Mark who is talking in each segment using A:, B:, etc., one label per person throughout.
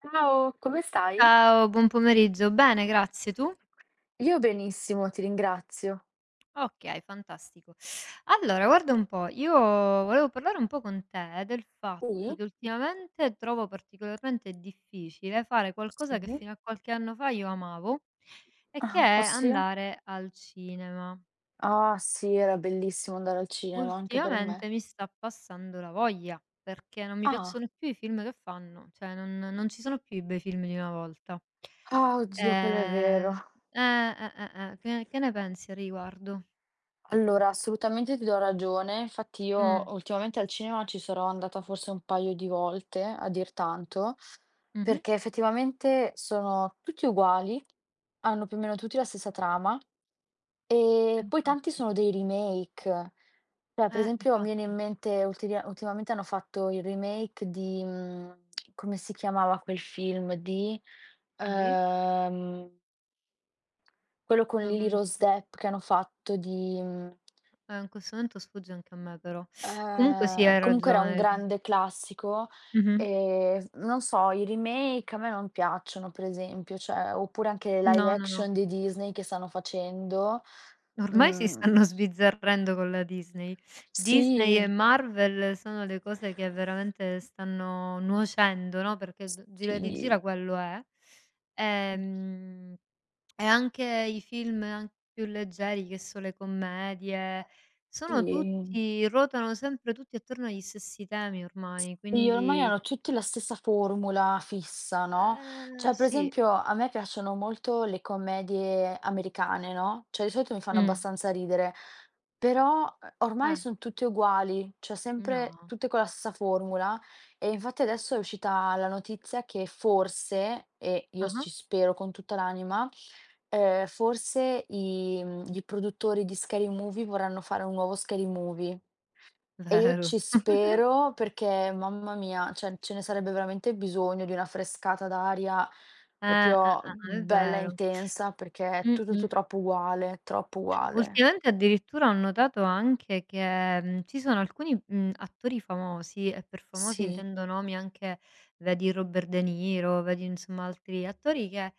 A: Ciao, come stai?
B: Ciao, buon pomeriggio. Bene, grazie. Tu?
A: Io benissimo, ti ringrazio.
B: Okay, fantastico. Allora, guarda un po', io volevo parlare un po' con te del fatto
A: Sì?
B: che ultimamente trovo particolarmente difficile fare qualcosa che
A: Sì.
B: fino a qualche anno fa io amavo e che è
A: Ah, ossia?
B: andare al cinema.
A: Ah, sì, era bellissimo andare al cinema anche per me.
B: Ultimamente mi sta passando la voglia, perché non mi
A: Ah.
B: piacciono più i film che fanno, cioè non ci sono più i bei film di una volta.
A: Ah, oddio, quello è vero.
B: Ehm, che ne pensi a riguardo?
A: Allora, assolutamente ti do ragione. Infatti io
B: Mh,
A: ultimamente al cinema ci sarò andata forse un paio di volte, a dir tanto,
B: mh-mh,
A: perché effettivamente sono tutti uguali, hanno più o meno tutti la stessa trama. E poi tanti
B: infatti.
A: sono dei remake. Cioè, per esempio, mi viene in
B: Infatti.
A: mente ultili ultimamente hanno fatto il remake di, come si chiamava quel film di
B: Di?
A: ehm, quello con Lily
B: Non
A: Rose Depp che hanno fatto di
B: In questo momento sfugge anche a me però. Comunque sì, hai
A: comunque era un
B: ragione.
A: grande classico,
B: Mh-mh.
A: f non so, i remake a me non piacciono, per esempio, cioè oppure anche le live
B: No, no, no.
A: action di Disney che stanno facendo.
B: Ormai si
A: Mhmm,
B: stanno sbizzarrendo con la Disney. Disney
A: sì.
B: e Marvel sono le cose che veramente stanno nuocendo, no, perché d gira e
A: Sì,
B: rigira quello è.
A: mhmm,
B: Ehm, e anche i film an più leggeri, che so le commedie, sono
A: sì.
B: tutti ruotano sempre tutti attorno agli stessi temi ormai,
A: Sì, ormai
B: quindi
A: hanno tutti la stessa formula fissa, no, cioè per
B: sì.
A: esempio a me piacciono molto le commedie americane, no, cioè di solito mi fanno
B: Mh.
A: abbastanza ridere, però, ormai
B: Eh,
A: son tutte uguali, cioè sempre
B: no.
A: tutte con la stessa formula. E infatti adesso è uscita la notizia che forse, e io
B: Ah-ah.
A: ci spero con tutta l'anima. Forse i i produttori di Scary Movie vorranno fare un nuovo Scary Movie, e io
B: Vero.
A: ci spero perché, mamma mia, cioè ce ne sarebbe veramente bisogno di una frescata d'aria
B: Eh, eh, eh,
A: proprio
B: è
A: bella e
B: vero.
A: intensa, perché è tutto tu
B: Mh-mh.
A: troppo uguale, troppo uguale.
B: Ultimamente addirittura ho notato anche che, ci sono alcuni, attori famosi, e per famosi
A: Sì,
B: intendo nomi anche vedi Robert De Niro, vedi insomma altri attori che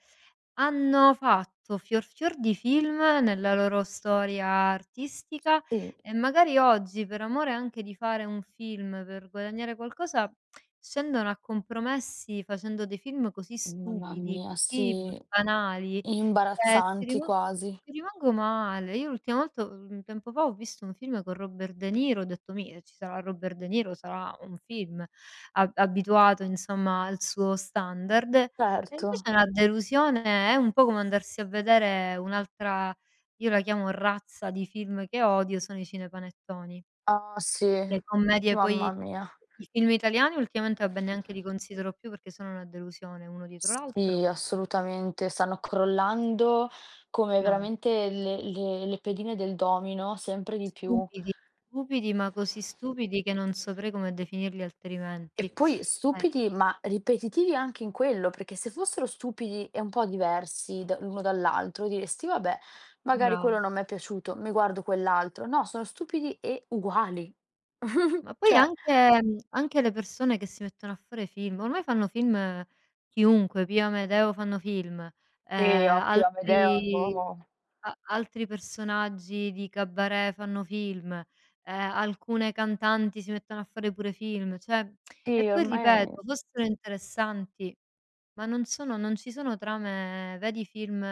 B: hanno fatto fior fior di film nella loro storia artistica
A: sì,
B: e magari oggi, per amore anche di fare un film, per guadagnare qualcosa, scendono a compromessi facendo dei film così
A: mamma
B: stupidi,
A: mia,
B: così b
A: sì,
B: banali. eh, ci
A: imbarazzanti
B: riman
A: quasi.
B: Ci rimango male. Io l'ultima volta tempo fa ho visto un film con Robert De Niro, ho detto: "Mi ci sarà Robert De Niro, sarà un film ab abituato insomma al suo standard". E
A: Certo.
B: invece è una delusione, è un po' come andarsi a vedere un'altra, io la chiamo razza di film che odio, sono i cinepanettoni.
A: Ah sì,
B: Le commedie poi,
A: mamma mia.
B: i film italiani ultimamente, vabbè, neanche li considero più perché sono una delusione, uno dietro l'altro.
A: Sì, assolutamente, stanno crollando come
B: No.
A: veramente le pedine del domino, sempre di più.
B: Stupidi, stupidi, ma così stupidi che non saprei come definirli
A: E
B: altrimenti.
A: poi
B: Eh.
A: stupidi, ma ripetitivi anche in quello, perché se fossero stupidi e un po' diversi da l'uno dall'altro, diresti: "Vabbè, magari quello
B: Brava.
A: non m'è piaciuto, mi guardo quell'altro". No, sono stupidi e uguali.
B: Ma poi
A: Cioè,
B: anche anche le persone che si mettono a fare film, ormai fanno film chiunque, Pio Amedeo fanno film,
A: sì, Oppio, Amedeo,
B: altri,
A: boh.
B: a altri personaggi di cabaret fanno film, alcune cantanti si mettono a fare pure film, cioè e
A: Sì,
B: poi
A: ormai.
B: ripeto, fossero interessanti. Ma non ci sono trame, vedi i film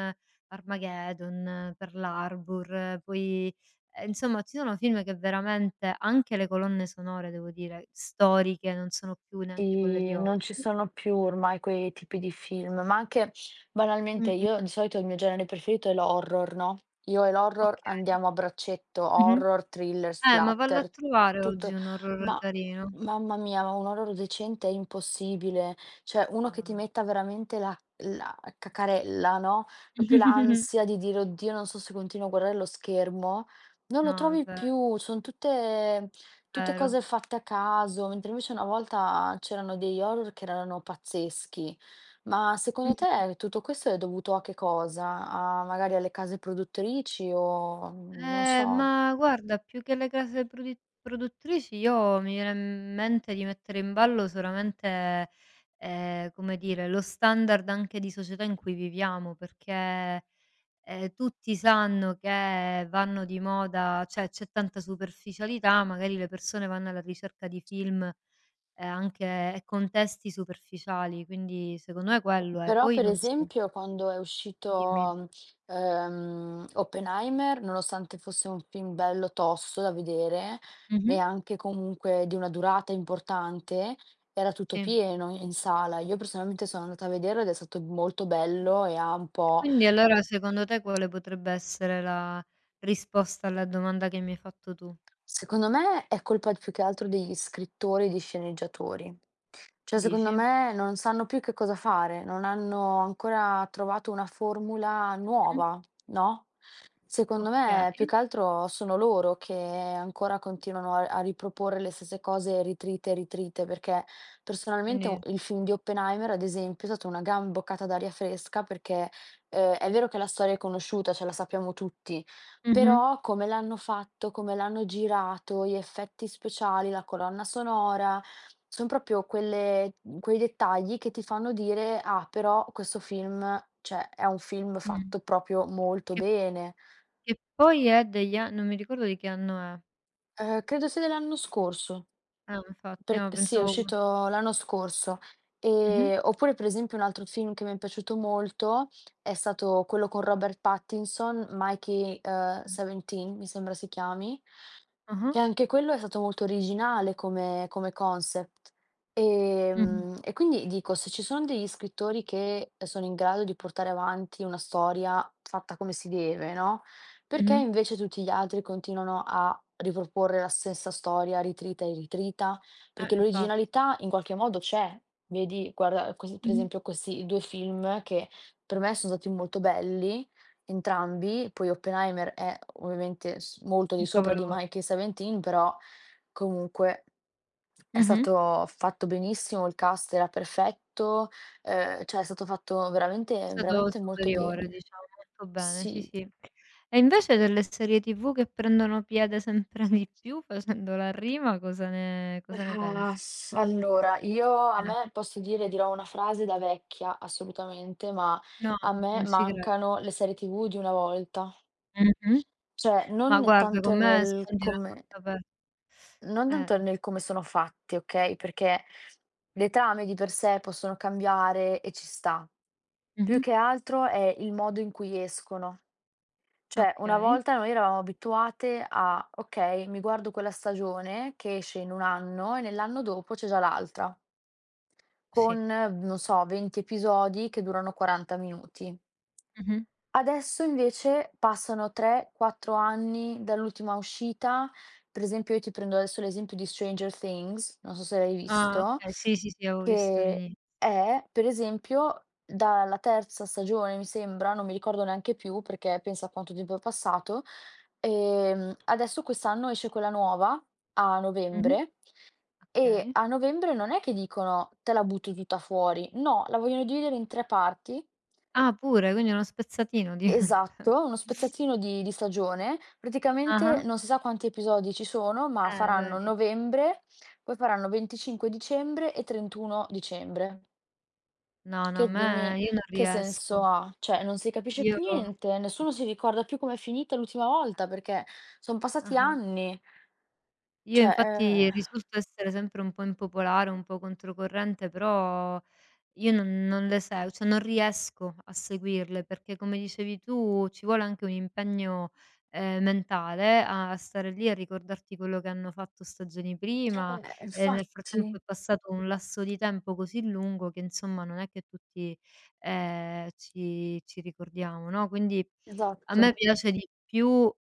B: Armageddon, Pearl Harbor, poi, insomma ci sono film che veramente anche le colonne sonore devo dire, storiche, non sono più neanche quelle di
A: Sì, non ci
B: oggi.
A: sono più ormai quei tipi di film, ma anche banalmente
B: Mh-mh.
A: io di solito il mio genere preferito è l'horror, no, io e l'horror
B: Okay.
A: andiamo a braccetto,
B: Mh-mh.
A: horror, thriller,
B: Ma vallo a
A: splatter,
B: trovare oggi
A: tutto
B: un horror
A: ma
B: carino.
A: mamma mia, ma un horror decente è impossibile, cioè uno che
B: No,
A: ti
B: no.
A: metta veramente la cacarella, no, proprio l'ansia di dire: "Oddio, non so se continuo a guardare lo schermo", non lo
B: No, è
A: trovi
B: ve
A: più, son tutte Tutte
B: vero.
A: cose fatte a caso, mentre invece una volta c'erano degli horror che erano pazzeschi. Ma secondo
B: Mh-mh.
A: te tutto questo è dovuto a che cosa? A magari alle case produttrici o non so.
B: Ma guarda, più che le case produi produttrici, io mi viene in mente di mettere in ballo solamente, come dire, lo standard anche di società in cui viviamo, perché, tutti sanno che vanno di moda, cioè c'è tanta superficialità, magari le persone vanno alla ricerca di film, anche e contesti superficiali, quindi secondo me quello è.
A: Però
B: Poi
A: per
B: non so,
A: esempio quando è
B: dimmi.
A: uscito, Oppenheimer, nonostante fosse un film bello tosto da vedere
B: Mh-mh,
A: e anche comunque di una durata importante, era tutto
B: sì.
A: pieno in sala. Io personalmente sono andata a vederlo ed è stato molto bello. E ha un
B: E
A: po'
B: quindi allora secondo te quale potrebbe essere la risposta alla domanda che mi hai fatto tu,
A: Secondo me è colpa più che altro degli scrittori e di sceneggiatori. Cioè, secondo
B: dici?
A: me non sanno più che cosa fare, non hanno ancora trovato una formula
B: Mh-mh.
A: nuova, no? Secondo
B: Okay,
A: me più che altro sono loro che ancora continuano a riproporre le stesse cose ritrite e ritrite, perché personalmente u
B: quindi
A: il film di Oppenheimer, ad esempio, è stata una gran boccata d'aria fresca perché, è vero che la storia è conosciuta, cioè la sappiamo tutti,
B: mh-mh,
A: però come l'hanno fatto, come l'hanno girato, gli effetti speciali, la colonna sonora, son proprio quelle quei dettagli che ti fanno dire: "Ah, però questo film cioè è un film
B: mh.
A: fatto proprio molto
B: Che
A: bene".
B: che poi è degli a non mi ricordo di che anno è.
A: Credo sia dell'anno scorso,
B: Infatti,
A: per
B: no
A: sì, è
B: pensavo co
A: uscito l'anno scorso.
B: mh-mh,
A: Oppure per esempio un altro film che mi è piaciuto molto è stato quello con Robert Pattinson, Mikey,
B: eh.
A: 17 mi sembra si chiami,
B: Ah-ah,
A: che anche quello è stato molto originale come concept.
B: mh-mh,
A: E quindi dico, se ci sono degli scrittori che sono in grado di portare avanti una storia fatta come si deve, no, perché
B: mh-mh.
A: invece tutti gli altri continuano a riproporre la stessa storia ritrita e ritrita? Perché
B: Infatti.
A: l'originalità in qualche modo c'è. Vedi, guarda, questi per
B: Mh-mh.
A: esempio questi 2 film che per me sono stati molto belli. Entrambi, poi Oppenheimer è ovviamente s molto di
B: Un
A: sopra di
B: capolavoro.
A: Mickey Seventeen, però comunque è
B: Mh-mh.
A: stato fatto benissimo, il cast era perfetto, cioè è stato fatto veramente
B: Stato
A: veramente molto
B: superiore
A: bene.
B: diciamo, molto bene, sì,
A: Sì.
B: sì. E invece delle serie TV che prendono piede sempre di più facendo la rima, cosa ne
A: Ah,
B: pensi?
A: s Allora io a
B: Eh,
A: me posso dire dirò una frase da vecchia assolutamente, ma
B: no,
A: a me
B: non ci credo.
A: mancano le serie TV di una volta.
B: Mh-mh.
A: Cioè
B: Ma
A: non
B: guarda
A: tanto
B: con me
A: nel
B: sfondi una
A: come
B: porta aper eh,
A: Sono fatti, okay, perché le trame di per sé possono cambiare e ci sta. Più
B: mh-mh,
A: che altro è il modo in cui escono. Cioè, una
B: okay,
A: volta noi eravamo abituate a: "Okay, mi guardo quella stagione che esce in 1 anno e nell'anno dopo c'è già l'altra",
B: sì,
A: con, non so, 20 episodi che durano 40 minuti.
B: mh-mh.
A: Adesso invece passano 3, 4 anni dall'ultima uscita. Per esempio, io ti prendo adesso l'esempio di Stranger Things, non so se l'hai
B: Ah,
A: visto,
B: okay, sì, sì, sì, avevo visto
A: che
B: l'ini
A: è per esempio dalla terza stagione, mi sembra, non mi ricordo neanche più perché pensa a quanto tempo è passato. Adesso quest'anno esce quella nuova a
B: mh-mh,
A: novembre e
B: okay.
A: a novembre non è che dicono: "Te la butto tutta fuori". No, la vogliono dividere in 3 parti.
B: Ah, pure, quindi uno spezzatino diventa.
A: Esatto, uno spezzatino di stagione. Praticamente
B: Ah-ah,
A: non si sa quanti episodi ci sono, ma faranno
B: vedi.
A: novembre, poi faranno 25 dicembre e 31 dicembre.
B: No, no, a
A: Che
B: me
A: dimmi
B: io non
A: che senso
B: riesco.
A: ha? Cioè non si capisce
B: Io
A: più
B: no,
A: niente, nessuno si ricorda più com'è finita l'ultima volta perché son passati
B: ah-ah.
A: anni.
B: Io
A: Cioè,
B: infatti risulto essere sempre un po' impopolare, un po' controcorrente, però io non le se, cioè non riesco a seguirle, perché come dicevi tu ci vuole anche un impegno, mentale, a stare lì a ricordarti quello che hanno fatto stagioni prima, e nel frattempo
A: infatti,
B: è passato un lasso di tempo così lungo che insomma non è che tutti, ci ricordiamo, no, quindi a me
A: esatto.
B: piace di più, uhm,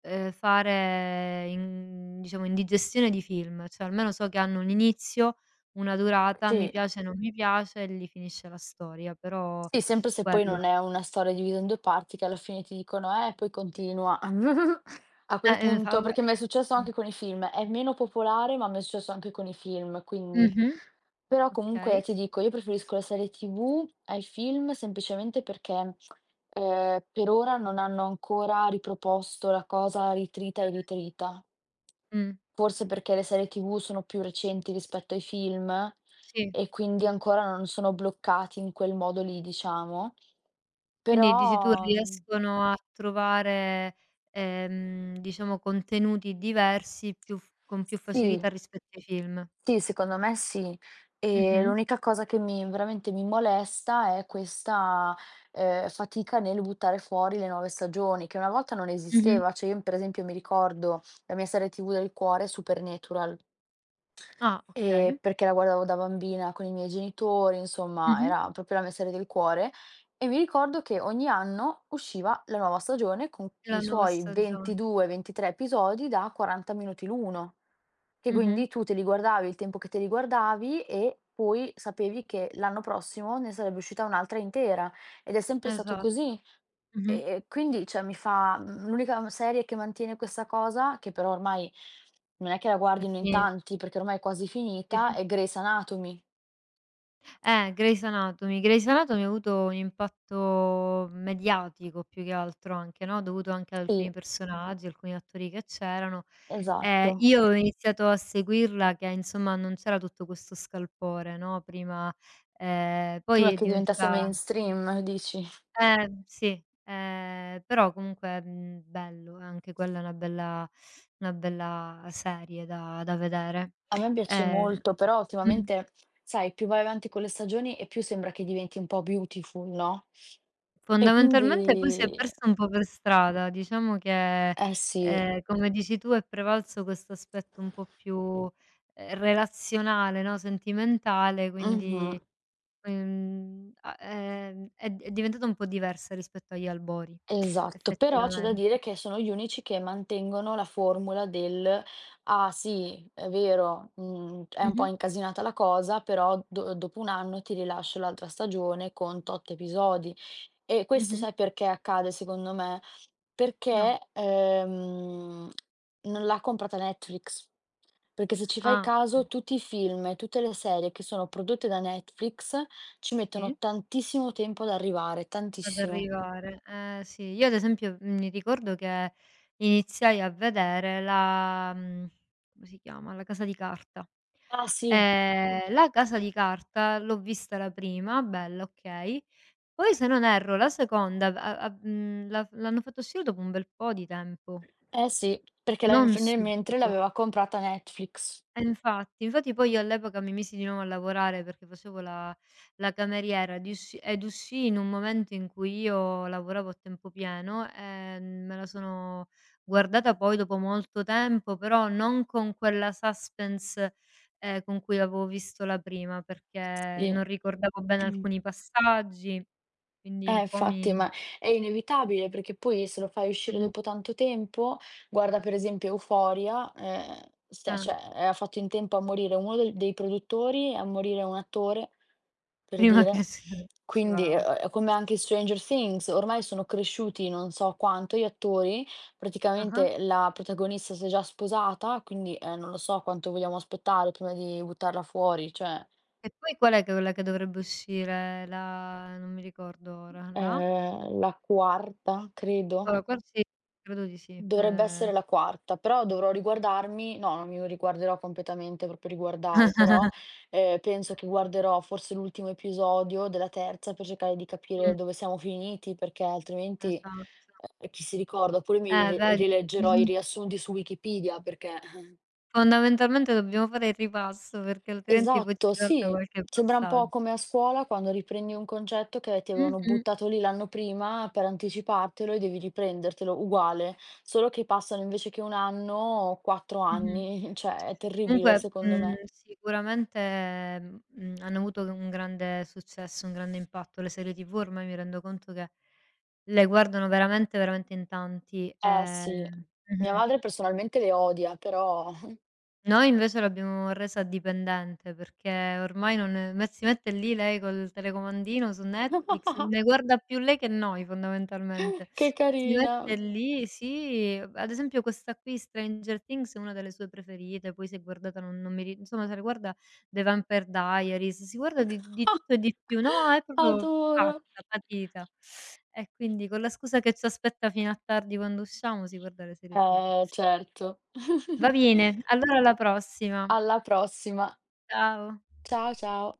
B: ehm, fare in diciamo indigestione di film, cioè almeno so che hanno un inizio, una durata, mi
A: Sì.
B: piace, non mi piace e lì finisce la storia, però
A: Sì, sempre se poi
B: quello
A: non
B: è.
A: è una storia divisa in 2 parti che alla fine ti dicono: poi continua." A quel
B: Infa
A: punto
B: vabbè.
A: perché mi è successo anche con i film. È meno popolare, ma mi è successo anche con i film, quindi
B: Mh-mh,
A: però comunque
B: okay.
A: ti dico, io preferisco le serie TV ai film semplicemente perché, per ora non hanno ancora riproposto la cosa ritrita e ritrita.
B: Mh,
A: Forse perché le serie TV sono più recenti rispetto ai film
B: sì.
A: e quindi
B: Mh.
A: ancora non sono bloccati in quel modo lì, diciamo.
B: Quindi dici tu
A: Però,
B: riescono a trovare, diciamo contenuti diversi più f con più
A: sì
B: facilità rispetto ai film.
A: Sì, secondo me sì. E
B: Mh-mh,
A: l'unica cosa che mi veramente mi molesta è questa, fatica nel buttare fuori le nuove stagioni, che una volta non
B: mh-mh.
A: esisteva. Cioè, io per esempio mi ricordo la mia serie TV del cuore, Supernatural.
B: Ah, okay.
A: Perché la guardavo da bambina con i miei genitori, insomma
B: Mh-mh.
A: era proprio la mia serie del cuore, e mi ricordo che ogni anno usciva la nuova stagione con i
B: La nuova
A: suoi
B: stagione.
A: 22, 23 episodi da 40 minuti l'uno, che
B: Mh-mh.
A: quindi tu te li guardavi il tempo che te li guardavi e poi sapevi che l'anno prossimo ne sarebbe uscita un'altra intera, ed è sempre stato
B: Esatto.
A: così. E
B: Mh-mh.
A: e quindi, cioè, l'unica serie che mantiene questa cosa, che però ormai non è che la
B: È
A: guardino in
B: fini
A: tanti, perché ormai è quasi
B: sì,
A: finita,
B: sì.
A: è Grey's Anatomy.
B: Grey's Anatomy. Grey's Anatomy ha avuto un impatto mediatico più che altro anche, no, dovuto anche ad alcuni
A: Sì,
B: personaggi, alcuni attori che c'erano.
A: esatto.
B: Io ho iniziato a seguirla che insomma non c'era tutto questo scalpore, no, prima
A: Prima
B: poi è
A: che diventasse
B: diventata
A: mainstream, dici.
B: sì, però comunque, bello, anche quella è una bella, una bella serie da da vedere.
A: A me piace
B: Ehm
A: molto, però
B: mh.
A: ultimamente, sai, più vai avanti con le stagioni e più sembra che diventi un po' Beautiful, no, e
B: Fondamentalmente poi si è
A: quindi
B: persa un po' per strada. Diciamo che,
A: eh sì.
B: come dici tu, è prevalso questo aspetto un po' più, relazionale, no, sentimentale,
A: Mh-mh.
B: quindi, a è d è diventata un po' diversa rispetto agli albori,
A: Esatto, però c'è da dire
B: effettivamente.
A: che sono gli unici che mantengono la formula del: "Ah sì, è vero, è un po'
B: Mh-mh,
A: incasinata la cosa, però do dopo 1 anno ti rilascio l'altra stagione con tot episodi". E questo
B: mh-mh.
A: sai perché accade secondo me?
B: No.
A: Perché, non l'ha comprata Netflix. Perché se ci fai
B: Ah,
A: caso
B: okay.
A: tutti i film e tutte le serie che sono prodotte da Netflix ci mettono
B: Sì.
A: tantissimo tempo ad arrivare,
B: Ad
A: tantissimo.
B: arrivare, eh sì. Io ad esempio mi ricordo che iniziai a vedere la come si chiama? La Casa di Carta.
A: Ah sì.
B: La Casa di Carta l'ho vista la prima, bella, okay. Poi se non erro la seconda l'hanno fatto uscire dopo un bel po' di tempo,
A: Eh sì, perché la nel
B: non
A: f nel mentre
B: subito.
A: l'aveva comprata Netflix.
B: Infatti. Infatti poi io all'epoca mi misi di nuovo a lavorare perché facevo la, la cameriera ed uscii in un momento in cui io lavoravo a tempo pieno, me la sono guardata poi dopo molto tempo, però non con quella suspense, con cui l'avevo visto la prima, perché
A: Sì.
B: non ricordavo bene alcuni passaggi, quindi un po'
A: Infatti,
B: mi
A: ma è inevitabile perché poi se lo fai uscire
B: mh-mh,
A: dopo tanto tempo, guarda per esempio Euphoria, stia
B: eh,
A: cioè, ha fatto in tempo a morire uno del dei produttori e a morire un attore, per
B: prima che
A: dire.
B: s usciva
A: Quindi,
B: l'altra.
A: è come anche Stranger Things, ormai sono cresciuti non so quanto gli attori,
B: Ah-ah.
A: praticamente la protagonista si è già sposata, quindi, non lo so quanto vogliamo aspettare prima di buttarla fuori, cioè,
B: E poi qual è che quella che dovrebbe uscire? La, non mi ricordo ora, la?
A: la quarta credo.
B: Allora qual sì, credo di sì,
A: Dovrebbe essere la quarta, però dovrò riguardarmi no, non mi riguarderò completamente, proprio riguardare, però, penso che guarderò forse l'ultimo episodio della terza per cercare di capire dove siamo finiti, perché altrimenti,
B: esatto.
A: chi si ricorda? Oppure mi ri
B: Vedi,
A: rileggerò i
B: Mh-mh.
A: riassunti su Wikipedia perché.
B: Fondamentalmente dobbiamo fare il ripasso perché altrimenti poi ci
A: Esatto,
B: salta
A: sì.
B: qualche
A: Sembra un po'
B: passaggio.
A: come a scuola quando riprendi un concetto che ti avevano
B: Mh-mh,
A: buttato lì l'anno prima per anticipartelo e devi riprendertelo, uguale, solo che passano invece che 1 anno, 4
B: mh-mh.
A: anni, cioè è terribile
B: Comunque,
A: secondo me.
B: sicuramente, hanno avuto un grande successo, un grande impatto. Le serie TV ormai mi rendo conto che le guardano veramente, veramente in tanti,
A: Eh sì, mia
B: mh-mh.
A: madre personalmente le odia, però
B: Noi invece l'abbiamo resa dipendente, perché ormai non è- me si mette lì lei col telecomandino su Netflix, ne guarda più lei che noi fondamentalmente.
A: che
B: Si
A: carina.
B: mette lì sì, ad esempio questa qui Stranger Things è una delle sue preferite, poi si è guardata non non mi ri insomma se la guarda The Vampire Diaries, si guarda di tutto e di più. No, è proprio
A: Adoro.
B: pazza, patita. E quindi con la scusa che c'aspetta fino a tardi quando usciamo si guarda le serie TV.
A: Eh certo.
B: Va bene, allora alla prossima.
A: Alla prossima.
B: Ciao.
A: Ciao, ciao.